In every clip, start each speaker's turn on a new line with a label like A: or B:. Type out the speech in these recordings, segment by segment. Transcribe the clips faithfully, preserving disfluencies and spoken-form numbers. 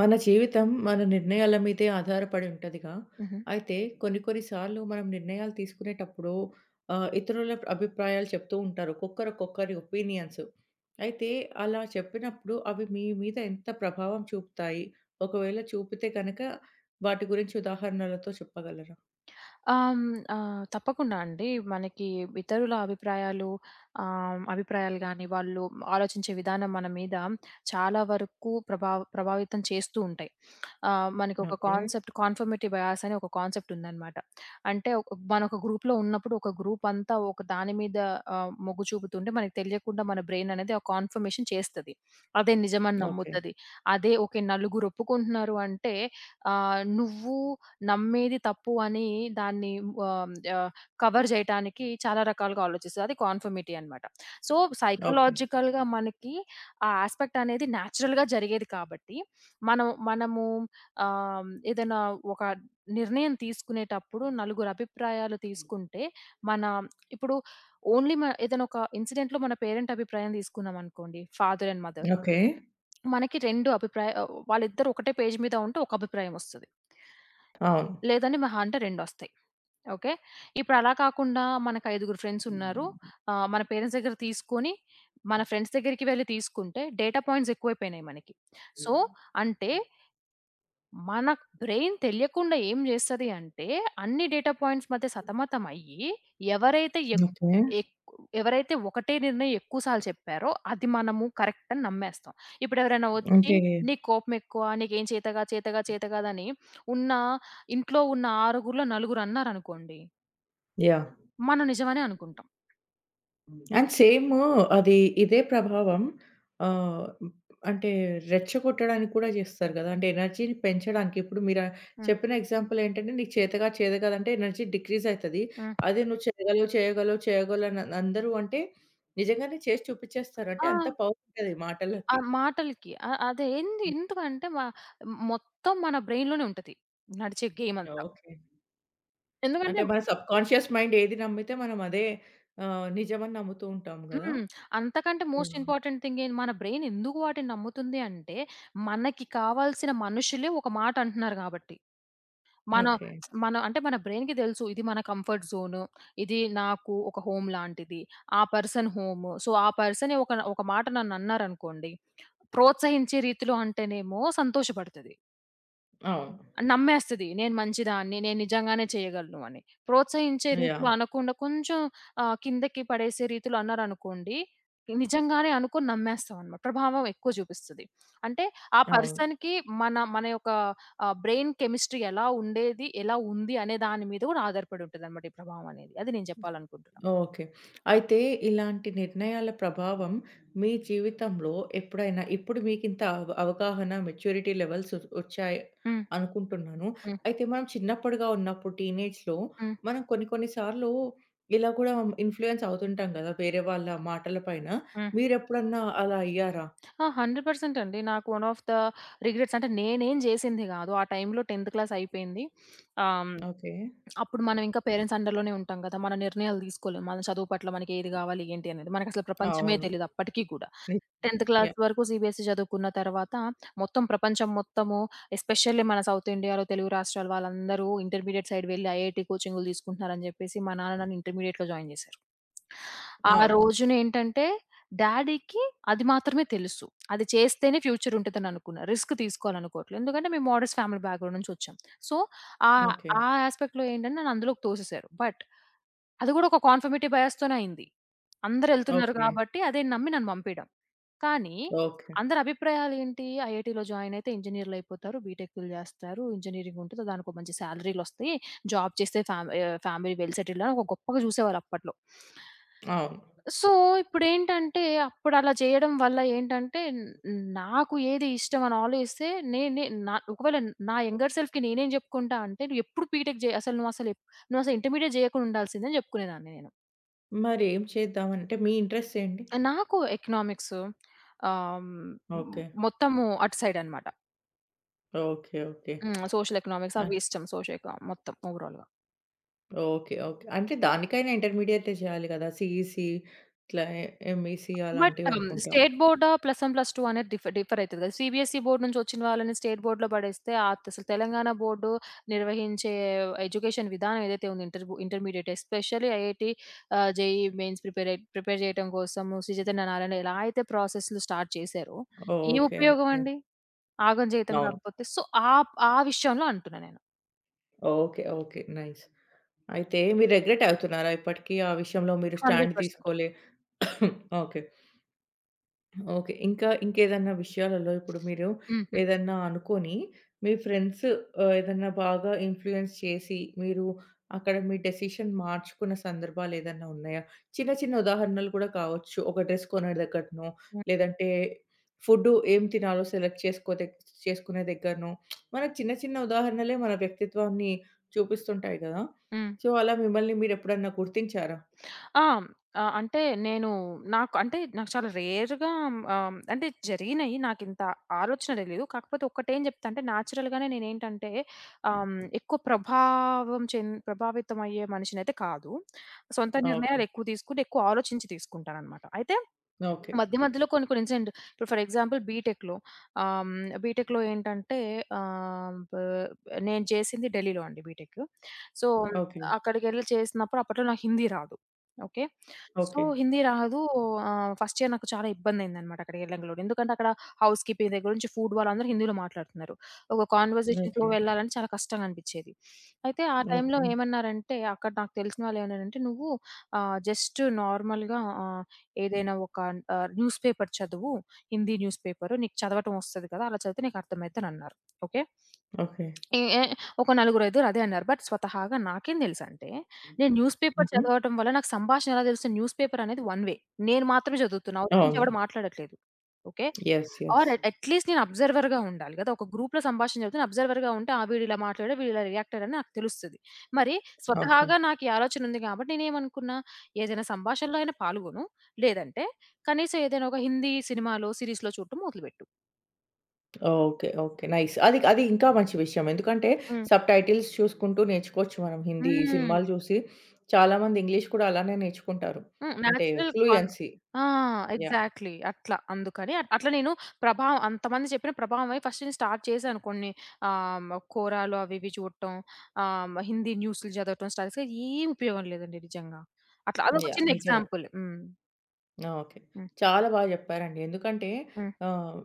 A: మన జీవితం మన నిర్ణయాల మీదే ఆధారపడి ఉంటదిగా.
B: హుహు.
A: అయితే కొన్ని కొన్ని సార్లు మనం నిర్ణయాలు తీసుకునేటప్పుడు ఆహ్, ఇతరుల అభిప్రాయాలు చెప్తూ ఉంటారు. ఒక్కొక్కరు ఒక్కొక్కరి ఒపీనియన్స్. అయితే అలా చెప్పినప్పుడు అవి మీ మీద ఎంత ప్రభావం చూపుతాయి? ఒకవేళ చూపితే గనక వాటి గురించి ఉదాహరణలతో చెప్పగలరా?
B: ఆహ్, హ్మ్. ఆహ్, తప్పకుండా అండి. మనకి ఇతరుల అభిప్రాయాలు ఆహ్, అభిప్రాయాలు గాని, వాళ్ళు ఆలోచించే విధానం మన మీద చాలా వరకు ప్రభావ ప్రభావితం చేస్తూ ఉంటాయి. ఆహ్, మనకొక
A: ఓకే.
B: కాన్సెప్ట్ కాన్ఫర్మిటీ బయాస్ అని ఒక కాన్సెప్ట్ ఉందనమాట. అంటే ఒక మనొక గ్రూప్‌లో ఉన్నప్పుడు ఒక గ్రూప్ అంతా ఒక దాని మీద ఆహ్, మొగ్గు చూపుతుంటే మనకు తెలియకుండా మన బ్రెయిన్ అనేది ఆ కాన్ఫర్మేషన్ చేస్తది. అదే నిజమని
A: ఓకే.
B: నమ్ముతది. అదే ఓకే నలుగురు ఒప్పుకుంటున్నారు అంటే ఆహ్, నువ్వు నమ్మేది తప్పు అని దాన్ని ఆహ్, ఆహ్, కవర్ జేయటానికి చాలా రకాలుగా ఆలోచిస్తది. అది కాన్ఫర్మిటీ అనమాట. So,
A: okay.
B: సైకలాజికల్‌గా మనకి ఆ యాస్పెక్ట్ అనేది నేచురల్‌గా జరిగేది కాబట్టి, మనం మనము ఆహ్, ఏదైనా ఒక నిర్ణయం తీసుకునేటప్పుడు నలుగురు అభిప్రాయాలు తీసుకుంటే, మన ఇప్పుడు ఓన్లీ మ ఏదైనా ఒక ఇన్సిడెంట్‌లో మన పేరెంట్ అభిప్రాయం తీసుకున్నామనుకోండి, ఫాదర్ అండ్ మదర్.
A: ఓకే.
B: మనకి రెండు అభిప్రాయ ఆహ్, వాళ్ళిద్దరూ ఒకటే పేజ్ మీద ఉంటే ఒక అభిప్రాయం ఒస్తది.
A: అవును.
B: లేదండి మహా అంటే రెండొస్తాయి. ఓకే. ఇప్పుడలా కాకుండా మనకు ఐదుగురు ఫ్రెండ్సున్నారు. ఆహ్, మన పేరెంట్స్ దగ్గర తీసుకొని, మన ఫ్రెండ్స్ దగ్గరికి వెళ్లి తీసుకుంటే డేటా పాయింట్స్ ఎక్కువైపోయినాయి మనకి. సో, అంటే మన బ్రెయిన్ తెలియకుండా ఏం జేస్తది అంటే, అన్ని డేటా పాయింట్స్ మధ్య సతమతం అయ్యి, ఎవరైతే ఎక్
A: ఓకే.
B: ఎక్ ఎవరైతే ఒకటే నిర్ణయం ఎక్కువ సార్లు చెప్పారో, అది మనము కరెక్ట్ అని నమ్మేస్తాం. ఇప్పుడెవరైనా వచ్చి,
A: అంటే,
B: "నీకు కోపం ఎక్కువ, నీకేం చేతగా చేతగా చేత కాదని" ఉన్న ఇంట్లో ఉన్న ఆరుగురిలో నలుగురు అన్నారనుకోండి,
A: యాహ్!
B: మనం నిజమనే అనుకుంటాం.
A: అండ్ సేమ్ అది ఇదే ప్రభావం. ఆహ్, అంటే రెచ్చగొట్టడానికి కూడా చేస్తారు గదా! అంటే ఎనర్జీని పెంచడానికి ఇప్పుడు మీరు ఆ
B: హ్మ్.
A: చెప్పిన ఎగ్జాంపుల్ ఏంటంటే నీకు చేత కాదు, చేత కాదంటే ఎనర్జీ డిక్రీజ్ అయితది.
B: హ్మ్.
A: అదే నువ్వు చేయగలవు, చేయగలవు, చేయగలవు అని అందరూ అంటే నిజంగానే చేసి చూపించేస్తారు. అంటే
B: ఆ!
A: అంత పవర్ ఉంటది
B: ఆ
A: మాటలకి.
B: మాటలకి. అ అదేంది ఎందుకంటే మ మొత్తం మన బ్రెయిన్‌లోనే ఉంటది. నడిచే గేమ్ అంతా.
A: ఓకే.
B: ఎందుకంటే
A: అంటే మన సబ్‌కాన్షియస్ మైండ్ ఏది నమ్మితే మనం అదే ఆహ్, నిజమని నమ్ముతూ ఉంటాం గదా!
B: హ్మ్. అంతకంటే మోస్ట్
A: యాహ్!
B: ఇంపార్టెంట్ థింగ్ ఏంటి మన బ్రెయిన్ ఎందుకు వాటిని నమ్ముతుంది అంటే, మనకి కావాల్సిన మనుషులే ఒక మాట అంటున్నారు కాబట్టి. మన
A: ఓకే.
B: మన అంటే మన బ్రెయిన్‌కి తెలుసు ఇది మన కంఫర్ట్ జోను. ఇది నాకు ఒక హోమ్ లాంటిది. ఆ పర్సన్ హోము. సో, ఆ పర్సనే ఒక ఒక మాట నన్ను అన్నారనుకోండి, ప్రోత్సహించే రీతిలో అంటేనేమో సంతోషపడతది.
A: అవును.
B: నమ్మేస్తది. నేను మంచిదాన్ని, నేను నిజంగానే చేయగలను అని. ప్రోత్సహించే రీతిలో
A: యాహ్!
B: అనకుండా కొంచెం ఆహ్, కిందకి పడేసే రీతిలో అన్నారనుకోండి, నిజంగానే అనుకోని నమ్మేస్తామన్నమాట. ప్రభావం ఎక్కువ చూపిస్తది. అంటే ఆ
A: అవును.
B: పర్సన్‌కి మన మన యొక్క ఆహ్, బ్రెయిన్ కెమిస్ట్రీ ఎలా ఉండేది, ఎలా ఉంది అనే దాని మీద కూడా ఆధారపడి ఉంటదన్నమాట ఈ ప్రభావం అనేది. అది నేను చెప్పాలనుకుంటున్నా.
A: ఓకే. అయితే ఇలాంటి నిర్ణయాల ప్రభావం మీ జీవితంలో ఎప్పుడైనా, ఇప్పుడు మీకింత అవ అవగాహన, మెచ్యూరిటీ లెవెల్స్ వచ్చాయి
B: హ్మ్.
A: అనుకుంటున్నాను.
B: హ్మ్.
A: అయితే మనం చిన్నప్పుడుగా ఉన్నప్పుడు టీనేజ్‌లో
B: హ్మ్.
A: మనం కొన్ని కొన్ని సార్లు ఇలా కూడా ఇన్‌ఫ్లుయెన్స్ అవుతుంటాం గదా! వేరే వాళ్ళ మాటల పైన.
B: హ్మ్.
A: మీరెప్పుడన్నా అలా అయ్యారా?
B: ఆ! వంద శాతం అండి. నాకు వన్ ఆఫ్ ద రిగ్రెట్స్ అంటే నేనేం చేసింది కాదు. ఆ టైంలో పదవ క్లాస్ అయిపోయింది. ఆహ్
A: ఓకే.
B: అప్పుడు మనం ఇంకా పేరెంట్స్ అండర్‌లోనే ఉంటాం గదా! మన నిర్ణయాలు తీసుకోలేము. మన చదువు పట్ల మనకి ఏది గావాలి, ఏంటి అనేది. మనకసలు ప్రపంచమే
A: అవును.
B: తెలీదు అప్పటికి గూడా.
A: నిజం.
B: పదవ క్లాస్
A: యాహ్!
B: వరకు సీబీఎస్‌ఈ చదువుకున్న తర్వాత మొత్తం ప్రపంచం మొత్తము ఎస్పెషల్లీ మన సౌత్ ఇండియాలో తెలుగు రాష్ట్రాల వాళ్ళందరూ ఇంటర్మీడియేట్ సైడ్ వెళ్లి ఐఐటీ కోచింగులు తీసుకుంటున్నారని జెప్పేసి మా నాన్న నన్ను ఇంటర్మీడియేట్‌లో జాయిన్ జేశారు. ఆ
A: ఓకే.
B: రోజునేంటంటే డ్యాడీకి అది మాత్రమే తెలుసు. అది చేస్తేనే ఫ్యూచర్ ఉంటదని అనుకున్నా. రిస్క్ తీసుకోవాలనుకోవట్లేదు. ఎందుకంటే మేము మోడెస్ట్ ఫ్యామిలీ బ్యాక్‌గ్రౌండ్ నుంచొచ్చాం. సో, హ్మ్. ఆహ్,
A: ఓకే.
B: ఆ యాస్పెక్ట్‌లో ఏంటంటే నన్ను అందులోకి తోసేసారు. బట్ అది గూడా ఒక కన్ఫర్మిటీ బయాస్‌తోనే అయింది. అందరెళ్తున్నారు
A: ఓకే.
B: గాబట్టి అదే నమ్మి నన్ను పంపీయడం. కానీ
A: ఓకే.
B: అందరి అభిప్రాయాలేంటి? ఐఐటీలో జాయిన్ అయితే ఇంజినీర్‌లయిపోతారు. బీటెక్కులు జేస్తారు. ఇంజినీరింగ్ ఉంటది. దానికో మంచి సాలరీలొస్తాయి. జాబ్ చేస్తే ఫ్యామ్ ఆహ్, ఫ్యామిలీ వెల్ సెటిల్డ్ అని ఒక గొప్పగా జూసేవాళ్ళప్పట్లో.
A: అవును.
B: సో, ఇప్పుడేంటంటే, అప్పుడలా జేయడం వల్ల ఏంటంటే, న్ నాకు ఏది ఇష్టం అని ఆలోచిస్తే, నేనే నా ఒకవేళ నా యంగర్ సెల్ఫ్‌కి నేనేం జెప్పుకుంటా అంటే, "నువ్వెప్పుడు బీటెక్ జెయి. అసలు నువ్వసలు ఎప్ నువ్వసలు ఇంటర్మీడియేట్ జేయకుండా ఉండాల్సింది" అని జెప్పుకునేదాన్ని నేను.
A: మరేం చేద్దామంటే మీ ఇంట్రెస్ట్స్ ఏంటి?
B: నాకు ఎకనామిక్స్ ఆహ్, హ్మ్,
A: ఓకే.
B: మొత్తము అటు సైడనమాట.
A: ఓకే. ఓకే.
B: హ్మ్. సోషల్ ఎకనామిక్స్
A: ఆహ్,
B: అవి ఇష్టం. సోషల్ ఎకనామిక్స్ మొత్తం ఓవరాల్‌గా.
A: ఓకే. ఓకే. అంటే దానికైనా ఇంటర్మీడియేటే చేయాలి గదా! సీఈసీ, ఇట్లా ఎ ఎంఈసీ
B: బట్ ఆహ్, హ్మ్.
A: అలాంటివనుకుంటా.
B: స్టేట్ బోర్డా ప్లస్ వన్, ప్లస్ టూ అనేది డిఫర్ డిఫర్ అయితది కదా! సీబీఎస్ఈ బోర్డ్ నుంచి వచ్చిన వాళ్ళని స్టేట్ బోర్డ్‌లో పడేస్తే ఆత్ అసలు తెలంగాణ బోర్డు నిర్వహించే ఎడ్యుకేషన్ విధానం ఏదైతే ఉందో ఇంటర్ ఇంటర్మీడియేట్ ఎస్పెషల్లీ ఐఐటీ ఆహ్, జేఈఈ మెయిన్స్ ప్రిపేర్ అయి ప్రిపేర్ చేయటం కోసము శ్రీ చైతన్య నారాయణ ఎలా అయితే ప్రాసెస్‌లు స్టార్ట్ చేశారో, ఏం
A: ఓకే.
B: ఉపయోగం
A: ఓకే.
B: అండి? ఆగం జీవితం
A: అవును.
B: కాకపోతే. సో, ఆ ఆ విషయంలో అంటున్నా నేను.
A: ఓకే. ఓకే. నైస్. అయితే మీరు రిగ్రెట్ అవుతున్నారా ఇప్పటికి? ఆ విషయంలో మీరు స్టాండ్
B: వంద శాతం.
A: తీసుకోలే ఓకే. ఓకే. ఇంకా ఇంకేదన్నా విషయాలలో ఇప్పుడు మీరు
B: హ్మ్. హ్మ్.
A: ఏదన్నా అనుకోని, మీ ఫ్రెండ్స్ ఆహ్, ఏదన్నా బాగా ఇన్‌ఫ్లూయెన్స్ చేసి, మీరు అక్కడ మీ డెసిషన్ మార్చుకున్న సందర్భాలేదన్నా ఉన్నాయా? చిన్న చిన్న ఉదాహరణలు కూడా కావచ్చు. ఒక డ్రెస్ కొనే దగ్గరనో,
B: హ్మ్.
A: లేదంటే ఫుడ్డు ఏం తినాలో సెలెక్ట్ చేసుకో దగ్ చేసుకునే దగ్గరనో, మనకు చిన్న చిన్న ఉదాహరణలే మన వ్యక్తిత్వాన్ని చూపిస్తుంటాయి గదా!
B: హ్మ్.
A: సో, అలా మిమ్మల్ని మీరెప్పుడన్నా గుర్తించారా?
B: ఆ! ఆహ్, అంటే నేను నాకు అంటే నాకు చాలా రేర్‌గా ఆహ్, అంటే జరిగినయి. నాకింత ఆలోచన తెలీదు. కాకపోతే ఒక్కటేం జెప్తా అంటే నేచురల్‌గానే నేనేంటంటే ఆహ్, హ్మ్, ఎక్కువ ప్రభావం చెం ప్రభావితం అయ్యే మనిషినైతే కాదు. సొంత
A: ఓకే.
B: నిర్ణయాలు ఎక్కువ తీసుకుంటే ఎక్కువ ఆలోచించి తీసుకుంటాననమాట. అయితే
A: ఓకే.
B: మధ్య మధ్యలో కొన్ని కొన్ని ఇన్సిడెంట్ ఇప్పుడు ఫర్ ఎగ్జాంపుల్ బీటెక్‌లో ఆహ్, హ్మ్, బీటెక్‌లో ఏంటంటే ఆహ్, బ్ నేను చేసింది ఢిల్లీలో అండి బీటెక్. So,
A: okay.
B: అక్కడికెళ్ళి చేసినప్పుడు అప్పట్లో నాకు హిందీ రాదు. ఓకే. So,
A: okay.
B: హిందీ రాదు ఆహ్, ఫస్ట్ ఇయర్ నాకు చాలా ఇబ్బందయిందనమాట అక్కడికెళ్ళంగలోనే. ఎందుకంటే అక్కడ హౌస్ కీపింగ్ దగ్గర నుంచి ఫుడ్ వాళ్ళందరూ హిందీలో మాట్లాడుతున్నారు. ఒక కాన్వర్జేషన్ ఫ్లో
A: ఓకే.
B: వెళ్ళాలంటే చాలా కష్టంగా అనిపిచ్చేది. అయితే ఆ టైంలో
A: ఓకే.
B: ఏమన్నారంటే అక్కడ నాకు తెలిసిన వాళ్ళేమన్నారంటే, "నువ్వు ఆహ్, జస్ట్ నార్మల్‌గా ఆహ్" ఏదైనా ఒక ఆహ్, న్యూస్ పేపర్ చదువు. Hindi news paper. నీకు చదవటం వస్తది కదా! అలా చదివితే నీకు అర్థమైద్దని అన్నారు. ఓకే.
A: ఓకే.
B: ఏ ఏ ఒక నలుగురైదుగురు అదే అన్నారు. బట్ స్వతహాగా నాకేం తెలుసంటే, నేను న్యూస్ పేపర్
A: హుహు.
B: చదవటం వల్ల నాకు సంభాషణ ఎలా తెలుస్తుంది? న్యూస్ పేపర్ అనేది వన్ వే. నేను మాత్రమే చదువుతున్నా. అవతల నుంచి
A: అవును.
B: ఎవడు మాట్లాడట్లేదు. Okay.
A: Yes.
B: Or
A: yes.
B: At at least నేను అబ్జర్వర్‌గా ఉండాలి గదా! ఒక గ్రూప్‌లో సంభాషణ జరుగుతుంది. అబ్జర్వర్‌గా ఉంటే ఆ వీడిలా మాట్లాడాడు, వీడిలా రియాక్ట్ అయ్యాడని నాకు తెలుస్తది. మరి
A: ఓకే.
B: స్వతహాగా నాకు ఈ ఆలోచన ఉంది కాబట్టి నేనేమనుకున్నా, ఏదైనా సంభాషణలో అయినా పాల్గొను. లేదంటే కనీసం ఏదైనా ఒక హిందీ సినిమాలో, సీరీస్‌లో చూడటం మొదలుపెట్టు.
A: ఓకే. ఓకే. నైస్. అది అది ఇంకా మంచి విషయం. ఎందుకంటే
B: హ్మ్.
A: సబ్‌టైటిల్స్ చూసుకుంటూ నేర్చుకోవచ్చు మనం హిందీ
B: హ్మ్.
A: సినిమాలు చూసి. చాలామంది ఇంగ్లీష్ కూడా అలానే నేర్చుకుంటారు.
B: హ్మ్.
A: అంటే
B: నేచురల్ కాన్
A: ఫ్లూయెన్సీ.
B: ఆ!
A: యాహ్!
B: ఎగ్జాక్ట్‌లీ. అట్లా. అందుకని అట్ అట్లా నేను ప్రభావం అంతమంది చెప్పిన ప్రభావం అయి ఫస్ట్ నేను స్టార్ట్ చేశాను కొన్ని ఆహ్, హ్మ్, కోరాలు అవి ఇవి చూడటం, ఆహ్, హిందీ న్యూస్‌లు చదవటం స్టార్ట్ చేస్తే ఏం ఉపయోగం లేదండి నిజంగా. అట్లా అదొక
A: యాహ్!
B: చిన్న
A: నిజమే.
B: ఎగ్జాంపుల్. హ్మ్.
A: ఆ! ఓకే.
B: హ్మ్.
A: చాలా బాగా జెప్పారండి. ఎందుకంటే,
B: హ్మ్.
A: ఆహ్,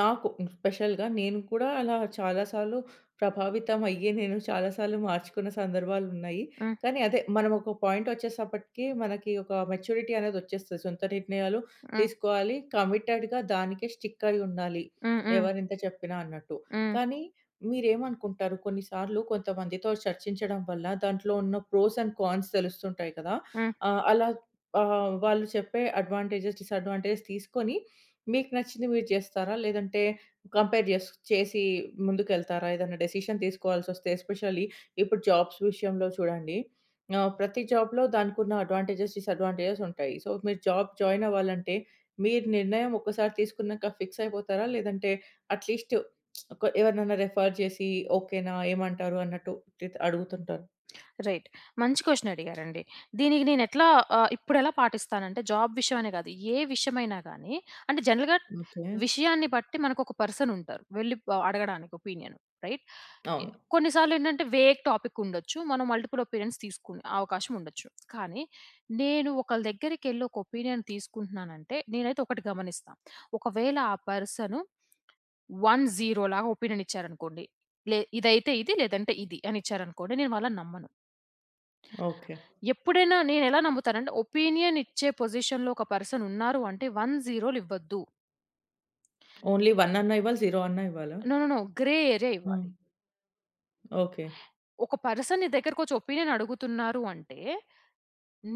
A: నాకు స్పెషల్‌గా నేను కూడా అలా చాలా సార్లు ప్రభావితం అయ్యి నేను చాలా సార్లు మార్చుకున్న సందర్భాలున్నాయి.
B: హ్మ్.
A: కానీ అదే మనం ఒక పాయింట్ ఒచ్చేసప్పటికి మనకి ఒక మెచ్యూరిటీ అనేదొచ్చేస్తది. సొంత నిర్ణయాలు
B: హ్మ్.
A: తీసుకోవాలి. కమిటెడ్‌గా దానికే స్టిక్ అయి ఉండాలి.
B: హ్మ్. హ్మ్.
A: ఎవరెంత చెప్పినా అన్నట్టు.
B: హ్మ్.
A: కానీ మీరేమనుకుంటారు? కొన్ని సార్లు కొంతమందితో చర్చించడం వల్ల దాంట్లో ఉన్న ప్రోస్ అండ్ కాన్స్ తెలుస్తుంటాయి కదా!
B: హ్మ్.
A: ఆహ్, అలా ఆహ్, వాళ్ళు చెప్పే అడ్వాంటేజెస్, డిసడ్వాంటేజెస్ తీసుకొని, మీకు నచ్చింది మీరు చేస్తారా? లేదంటే కంపేర్ జేస్ చేసి ముందుకెళ్తారా? ఏదైనా డెసిషన్ తీసుకోవాల్సొస్తే ఎస్పెషల్లీ ఇప్పుడు జాబ్స్ విషయంలో చూడండి. ఆహ్, ప్రతి జాబ్‌లో దానికున్న అడ్వాంటేజెస్, డిసడ్వాంటేజెస్ ఉంటాయి. సో, మీరు జాబ్ జాయిన్ అవ్వాలంటే, మీరు నిర్ణయం ఒక్కసారి తీసుకున్నాక ఫిక్స్ అయిపోతారా? లేదంటే అట్‌లీస్ట్ ఒక ఎవరినైనా రిఫర్ చేసి ఓకేనా? ఏమంటారు? అన్నట్టు తి అడుగుతుంటారు.
B: రైట్. మంచి క్వెషన్ అడిగారండి. దీనికి నేనెట్లా ఆహ్, ఇప్పుడెలా పాటిస్తానంటే జాబ్ విషయమనే కాదు. ఏ విషయమైనా గానీ అంటే జనరల్‌గా
A: ఓకే.
B: విషయాన్ని బట్టి మనకొక పర్సన్ ఉంటారు. వెళ్లి ఆహ్, అడగడానికి ఒపీనియన్ రైట్? ఎ
A: అవును.
B: కొన్ని సార్లేంటంటే వేగ్ టాపిక్ ఉండొచ్చు. మనం మల్టిపుల్ ఒపీనియన్స్ తీసుకునే అవకాశం ఉండొచ్చు. కానీ నేను ఒకళ్ళ దగ్గరికెళ్లి ఒక ఒపీనియన్ తీసుకుంటున్నానంటే నేనైతే ఒకటి గమనిస్తా. ఒకవేళ ఆ పర్సన్ వన్, జీరో లాగా ఒపీనియన్ ఇచ్చారనుకోండి. లే ఇదైతే ఇది లేదంటే ఇది అని ఇచ్చారనుకోండి నేను వాళ్ళని నమ్మను.
A: ఓకే.
B: ఎప్పుడైనా నేనెలా నమ్ముతానంటే, ఒపీనియన్ ఇచ్చే పొజిషన్‌లో ఒక పర్సన్ ఉన్నారు అంటే వన్, 0లు ఇవ్వద్దు.
A: ఓన్లీ ఒకటి అన్నా ఇవ్వాలి, జీరో అన్నా ఇవ్వాలా?
B: No, no, no. Grey area
A: ఆ!
B: ఇవ్వాలి.
A: ఓకే.
B: ఒక పర్సన్ నీ దగ్గరకొచ్చి ఒపీనియన్ అడుగుతున్నారు అంటే,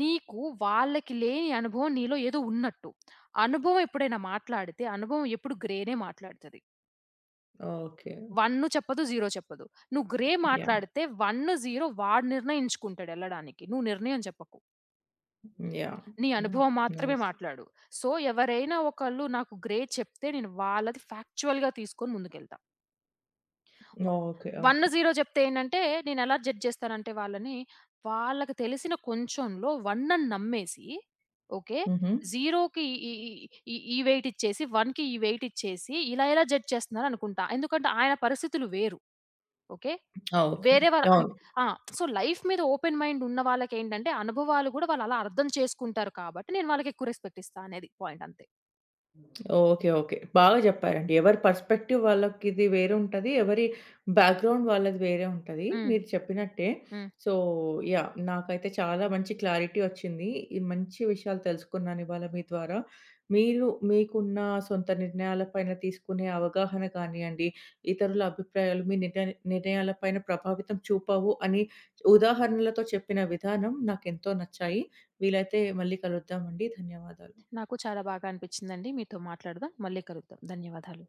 B: నీకు వాళ్ళకి లేని అనుభవం నీలో ఏదో ఉన్నట్టు. అనుభవం ఎప్పుడైనా మాట్లాడితే, అనుభవం ఎప్పుడు గ్రేనే మాట్లాడుతది.
A: ఓకే.
B: వన్ చెప్పదు, జీరో చెప్పదు. నువ్వు గ్రే
A: యాహ్!
B: మాట్లాడితే వన్, జీరో వాడు నిర్ణయించుకుంటాడు ఎళ్ళడానికి. నువ్వు నిర్ణయం చెప్పకు.
A: యాహ్!
B: నీ
A: యాహ్!
B: అనుభవం మాత్రమే
A: నైస్.
B: మాట్లాడు. సో, ఎవరైనా ఒకళ్ళు నాకు గ్రే చెప్తే నేను వాళ్ళది ఫ్యాక్చువల్‌గా తీసుకొని ముందుకెళ్తా.
A: ఓకే.
B: One,
A: okay.
B: జీరో చెప్తే ఏంటంటే నేనెలా జడ్జ్ చేస్తానంటే వాళ్ళని, వాళ్ళకి తెలిసిన కొంచెంలో వన్ అని నమ్మేసి ఓకే.
A: హుహు.
B: 0కి ఈ ఈ ఈ ఈ వెయిట్ ఇచ్చేసి, 1కి ఈ వెయిట్ ఇచ్చేసి ఇలా ఇలా జడ్జ్ చేస్తున్నారనుకుంటా. ఎందుకంటే ఆయన పరిస్థితులు వేరు. ఓకే.
A: ఓకే.
B: వేరే వారు అన్
A: అవును.
B: ఆ! సో, లైఫ్ మీద ఓపెన్ మైండ్ ఉన్న వాళ్ళకేంటంటే, అనుభవాలు గూడా వాళ్ళలా అర్థం చేసుకుంటారు కాబట్టి, నేను వాళ్ళకెక్కువ రెస్పెక్ట్ ఇస్తా అనేది పాయింట్ అంతే.
A: ఓకే. ఓకే. బాగా జెప్పారండి. ఎవరి పర్స్‌పెక్టివ్ వాళ్ళకిది వేరే ఉంటది. ఎవరి బ్యాక్‌గ్రౌండ్ వాళ్ళది వేరే ఉంటది.
B: హ్మ్.
A: మీరు చెప్పినట్టే.
B: హ్మ్.
A: So, yeah! నాకైతే చాలా మంచి క్లారిటీ వచ్చింది. ఈ మంచి విషయాలు తెలుసుకున్నానివాళ మీ ద్వారా. మీరు మీకున్న సొంత నిర్ణయాల పైన తీసుకునే అవగాహన కానియండి, ఇతరుల అభిప్రాయాలు మీ నిట నిర్ణయాల పైన ప్రభావితం చూపవు అని ఉదాహరణలతో చెప్పిన విధానం నాకెంతో నచ్చాయి. వీలైతే మళ్ళీ కలుద్దామండి. ధన్యవాదాలు.
B: నాకు చాలా బాగా అనిపిచ్చిందండి. మీతో మాట్లాడదాం. మళ్ళీ కలుద్దాం. ధన్యవాదాలు.